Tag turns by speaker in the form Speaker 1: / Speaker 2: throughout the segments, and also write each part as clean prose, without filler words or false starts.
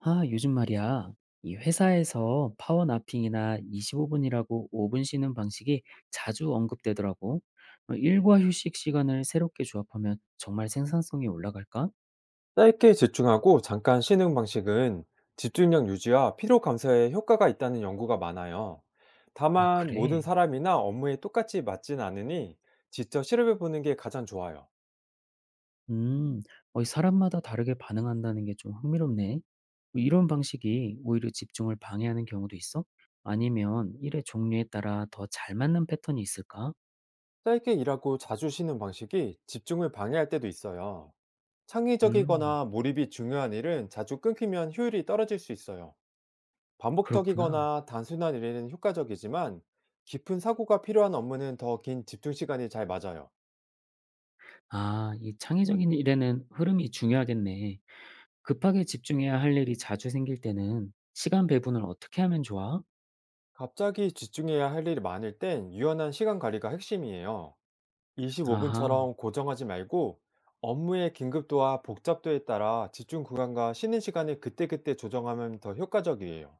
Speaker 1: 아, 요즘 말이야. 이 회사에서 파워나핑이나 25분이라고 5분 쉬는 방식이 자주 언급되더라고. 어, 일과 휴식 시간을 새롭게 조합하면 정말 생산성이 올라갈까?
Speaker 2: 짧게 집중하고 잠깐 쉬는 방식은 집중력 유지와 피로 감소에 효과가 있다는 연구가 많아요.
Speaker 1: 아,
Speaker 2: 다만 모든
Speaker 1: 그래.
Speaker 2: 사람이나 업무에 똑같이 맞진 않으니 직접 실험해 보는 게 가장 좋아요.
Speaker 1: 음, 이 사람마다 다르게 반응한다는 게 좀 흥미롭네. 뭐 이런 방식이 오히려 집중을 방해하는 경우도 있어? 아니면 일의 종류에 따라 더 잘 맞는 패턴이 있을까?
Speaker 2: 짧게 일하고 자주 쉬는 방식이 집중을 방해할 때도 있어요.
Speaker 1: 음,
Speaker 2: 창의적이거나 몰입이 중요한 일은 자주 끊기면 효율이 떨어질 수 있어요.
Speaker 1: 그렇구나.
Speaker 2: 반복적이거나 단순한 일에는 효과적이지만 깊은 사고가 필요한 업무는 더 긴 집중 시간이 잘 맞아요.
Speaker 1: 아, 이 창의적인 일에는 흐름이 중요하겠네. 급하게 집중해야 할 일이 자주 생길 때는 시간 배분을 어떻게 하면 좋아?
Speaker 2: 갑자기 집중해야 할 일이 많을 땐 유연한 시간 관리가 핵심이에요.
Speaker 1: 아하.
Speaker 2: 25분처럼 고정하지 말고 업무의 긴급도와 복잡도에 따라 집중 구간과 쉬는 시간을 그때그때 조정하면 더 효과적이에요.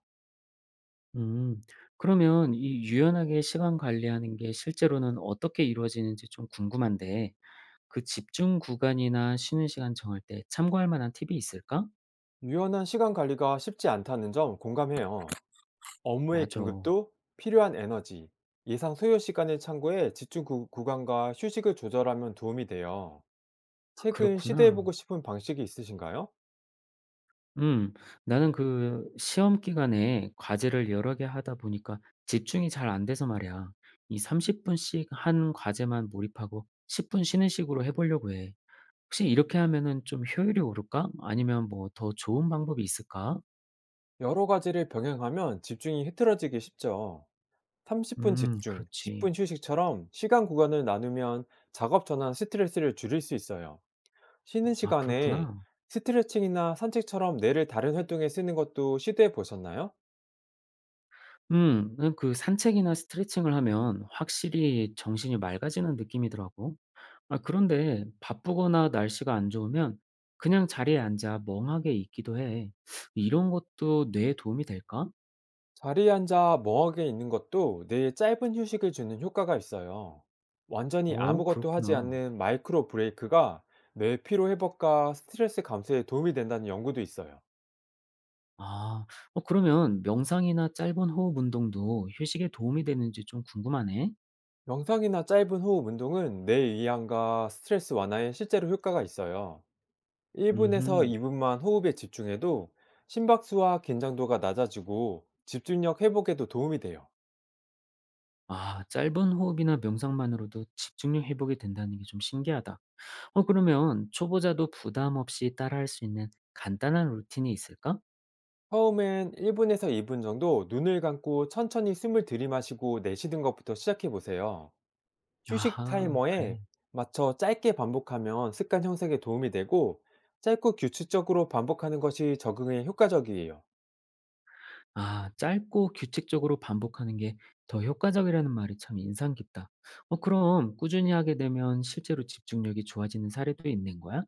Speaker 1: 음. 그러면 이 유연하게 시간 관리하는 게 실제로는 어떻게 이루어지는지 좀 궁금한데, 그 집중 구간이나 쉬는 시간 정할 때 참고할 만한 팁이 있을까?
Speaker 2: 유연한 시간 관리가 쉽지 않다는 점 공감해요. 업무의
Speaker 1: 맞아. 아,
Speaker 2: 긴급도, 필요한 에너지, 예상 소요 시간을 참고해 집중 구간과 휴식을 조절하면 도움이 돼요. 최근
Speaker 1: 그렇구나.
Speaker 2: 시도해보고 싶은 방식이 있으신가요?
Speaker 1: 음. 나는 그 시험 기간에 과제를 여러 개 하다 보니까 집중이 잘 안 돼서 말이야. 이 30분씩 한 과제만 몰입하고 10분 쉬는 식으로 해보려고 해. '혹시 이렇게 하면은 좀 효율이 오를까? 아니면 뭐 더 좋은 방법이 있을까?'
Speaker 2: 여러 가지를 병행하면 집중이 흐트러지기 쉽죠. 30분 집중, 10
Speaker 1: 그렇지.
Speaker 2: 분 휴식처럼 시간 구간을 나누면 작업 전환 스트레스를 줄일 수 있어요. 쉬는
Speaker 1: 아
Speaker 2: 시간에
Speaker 1: 그렇구나.
Speaker 2: 스트레칭이나 산책처럼 뇌를 다른 활동에 쓰는 것도 시도해 보셨나요?
Speaker 1: 그 산책이나 스트레칭을 하면 확실히 정신이 맑아지는 느낌이더라고. 아 그런데 바쁘거나 날씨가 안 좋으면 그냥 자리에 앉아 멍하게 있기도 해. 이런 것도 뇌에 도움이 될까?
Speaker 2: 자리에 앉아 멍하게 있는 것도 뇌에 짧은 휴식을 주는 효과가 있어요. 완전히
Speaker 1: 어
Speaker 2: 아무것도 하지
Speaker 1: 그렇구나.
Speaker 2: 않는 마이크로 브레이크가 뇌 피로 회복과 스트레스 감소에 도움이 된다는 연구도 있어요.
Speaker 1: 아. 어 그러면 명상이나 짧은 호흡 운동도 휴식에 도움이 되는지 좀 궁금하네.
Speaker 2: 명상이나 짧은 호흡 운동은 뇌 이완과 스트레스 완화에 실제로 효과가 있어요. 1분에서
Speaker 1: 음흠.
Speaker 2: 2분만 호흡에 집중해도 심박수와 긴장도가 낮아지고 집중력 회복에도 도움이 돼요.
Speaker 1: 아 짧은 호흡이나 명상만으로도 집중력 회복이 된다는 게 좀 신기하다. 어 그러면 초보자도 부담 없이 따라할 수 있는 간단한 루틴이 있을까?
Speaker 2: 처음엔 1분에서 2분 정도 눈을 감고 천천히 숨을 들이마시고 내쉬는 것부터 시작해 보세요. 휴식
Speaker 1: 아하 그래.
Speaker 2: 타이머에 맞춰 짧게 반복하면 습관 형성에 도움이 되고 짧고 규칙적으로 반복하는 것이 적응에 효과적이에요.
Speaker 1: 아 짧고 규칙적으로 반복하는 게 더 효과적이라는 말이 참 인상 깊다. 어 그럼 꾸준히 하게 되면 실제로 집중력이 좋아지는 사례도 있는 거야?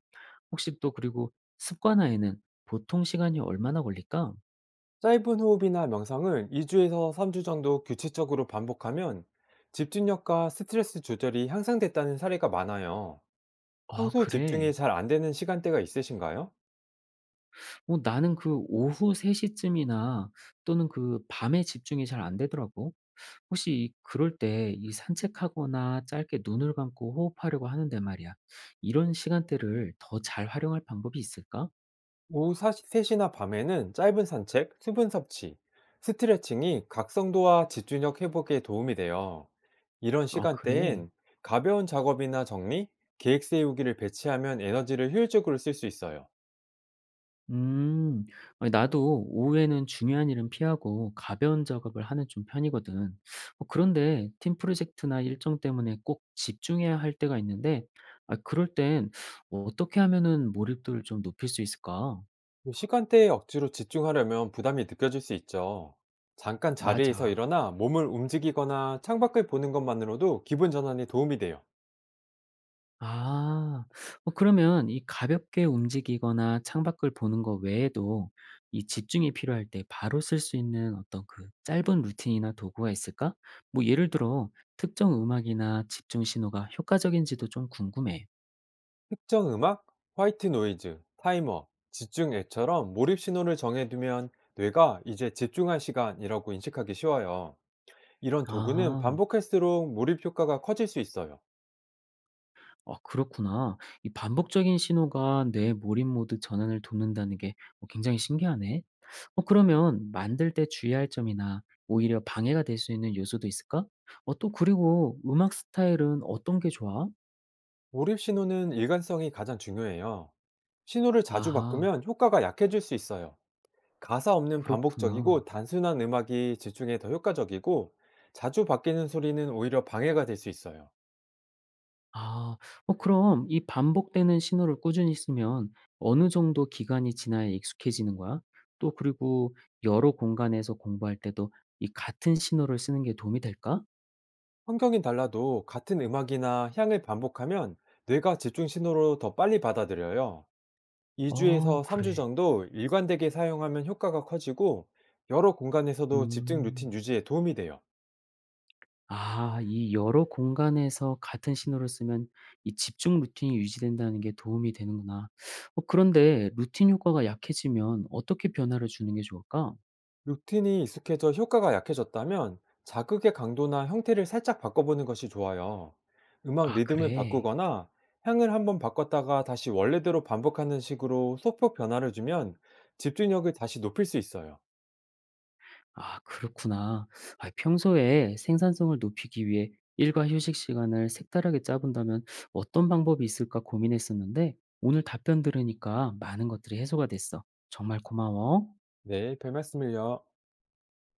Speaker 1: 혹시 또 그리고 습관화에는 보통 시간이 얼마나 걸릴까?
Speaker 2: 짧은 호흡이나 명상을 2주에서 3주 정도 규칙적으로 반복하면 집중력과 스트레스 조절이 향상됐다는 사례가 많아요.
Speaker 1: 아
Speaker 2: 평소 집중이
Speaker 1: 그래.
Speaker 2: 잘 안 되는 시간대가 있으신가요?
Speaker 1: 어 나는 그 오후 3 시쯤이나 또는 그 밤에 집중이 잘 안 되더라고. 혹시 이 그럴 때 이 산책하거나 짧게 눈을 감고 호흡하려고 하는데 말이야. 이런 시간대를 더 잘 활용할 방법이 있을까?
Speaker 2: 오후 3시나 밤에는 짧은 산책, 수분 섭취, 스트레칭이 각성도와 집중력 회복에 도움이 돼요. 이런
Speaker 1: 아 그래?
Speaker 2: 시간대엔 가벼운 작업이나 정리, 계획 세우기를 배치하면 에너지를 효율적으로 쓸 수 있어요.
Speaker 1: 음. 아니 나도 오후에는 중요한 일은 피하고 가벼운 작업을 하는 좀 편이거든. 어 그런데 팀 프로젝트나 일정 때문에 꼭 집중해야 할 때가 있는데 아 그럴 땐 어떻게 하면은 몰입도를 좀 높일 수 있을까?
Speaker 2: 그 시간대에 억지로 집중하려면 부담이 느껴질 수 있죠. 잠깐 자리에서
Speaker 1: 맞아.
Speaker 2: 일어나 몸을 움직이거나 창밖을 보는 것만으로도 기분 전환에 도움이 돼요.
Speaker 1: 아. 어 그러면 이 가볍게 움직이거나 창밖을 보는 거 외에도 이 집중이 필요할 때 바로 쓸 수 있는 어떤 그 짧은 루틴이나 도구가 있을까? 뭐 예를 들어 특정 음악이나 집중 신호가 효과적인지도 좀 궁금해.
Speaker 2: 특정 음악, 화이트 노이즈, 타이머, 집중 앱처럼 몰입 신호를 정해두면 뇌가 이제 집중할 시간이라고 인식하기 쉬워요. 이런 도구는
Speaker 1: 아하.
Speaker 2: 반복할수록 몰입 효과가 커질 수 있어요.
Speaker 1: 아 그렇구나. 이 반복적인 신호가 뇌 몰입 모드 전환을 돕는다는 게 어 굉장히 신기하네. 어 그러면 만들 때 주의할 점이나 오히려 방해가 될 수 있는 요소도 있을까? 어 또 그리고 음악 스타일은 어떤 게 좋아?
Speaker 2: 몰입 신호는 일관성이 가장 중요해요. 신호를 자주
Speaker 1: 아하.
Speaker 2: 바꾸면 효과가 약해질 수 있어요. 가사 없는
Speaker 1: 그렇구나.
Speaker 2: 반복적이고 단순한 음악이 집중에 더 효과적이고 자주 바뀌는 소리는 오히려 방해가 될 수 있어요.
Speaker 1: 아. 어 그럼 이 반복되는 신호를 꾸준히 쓰면 어느 정도 기간이 지나야 익숙해지는 거야? 또 그리고 여러 공간에서 공부할 때도 이 같은 신호를 쓰는 게 도움이 될까?
Speaker 2: 환경이 달라도 같은 음악이나 향을 반복하면 뇌가 집중 신호로 더 빨리 받아들여요.
Speaker 1: 어
Speaker 2: 2주에서 3주
Speaker 1: 그래.
Speaker 2: 정도 일관되게 사용하면 효과가 커지고 여러 공간에서도 집중 루틴
Speaker 1: 음.
Speaker 2: 유지에 도움이 돼요.
Speaker 1: 아 이 여러 공간에서 같은 신호를 쓰면 이 집중 루틴이 유지된다는 게 도움이 되는구나. 어 그런데 루틴 효과가 약해지면 어떻게 변화를 주는 게 좋을까?
Speaker 2: 루틴이 익숙해져 효과가 약해졌다면 자극의 강도나 형태를 살짝 바꿔보는 것이 좋아요. 음악
Speaker 1: 아
Speaker 2: 리듬을
Speaker 1: 그래.
Speaker 2: 바꾸거나 향을 한번 바꿨다가 다시 원래대로 반복하는 식으로 소폭 변화를 주면 집중력을 다시 높일 수 있어요.
Speaker 1: 아 그렇구나. 아 평소에 생산성을 높이기 위해 일과 휴식 시간을 색다르게 짜 본다면 어떤 방법이 있을까 고민했었는데 오늘 답변 들으니까 많은 것들이 해소가 됐어. 정말 고마워.
Speaker 2: 네, 별 말씀을요.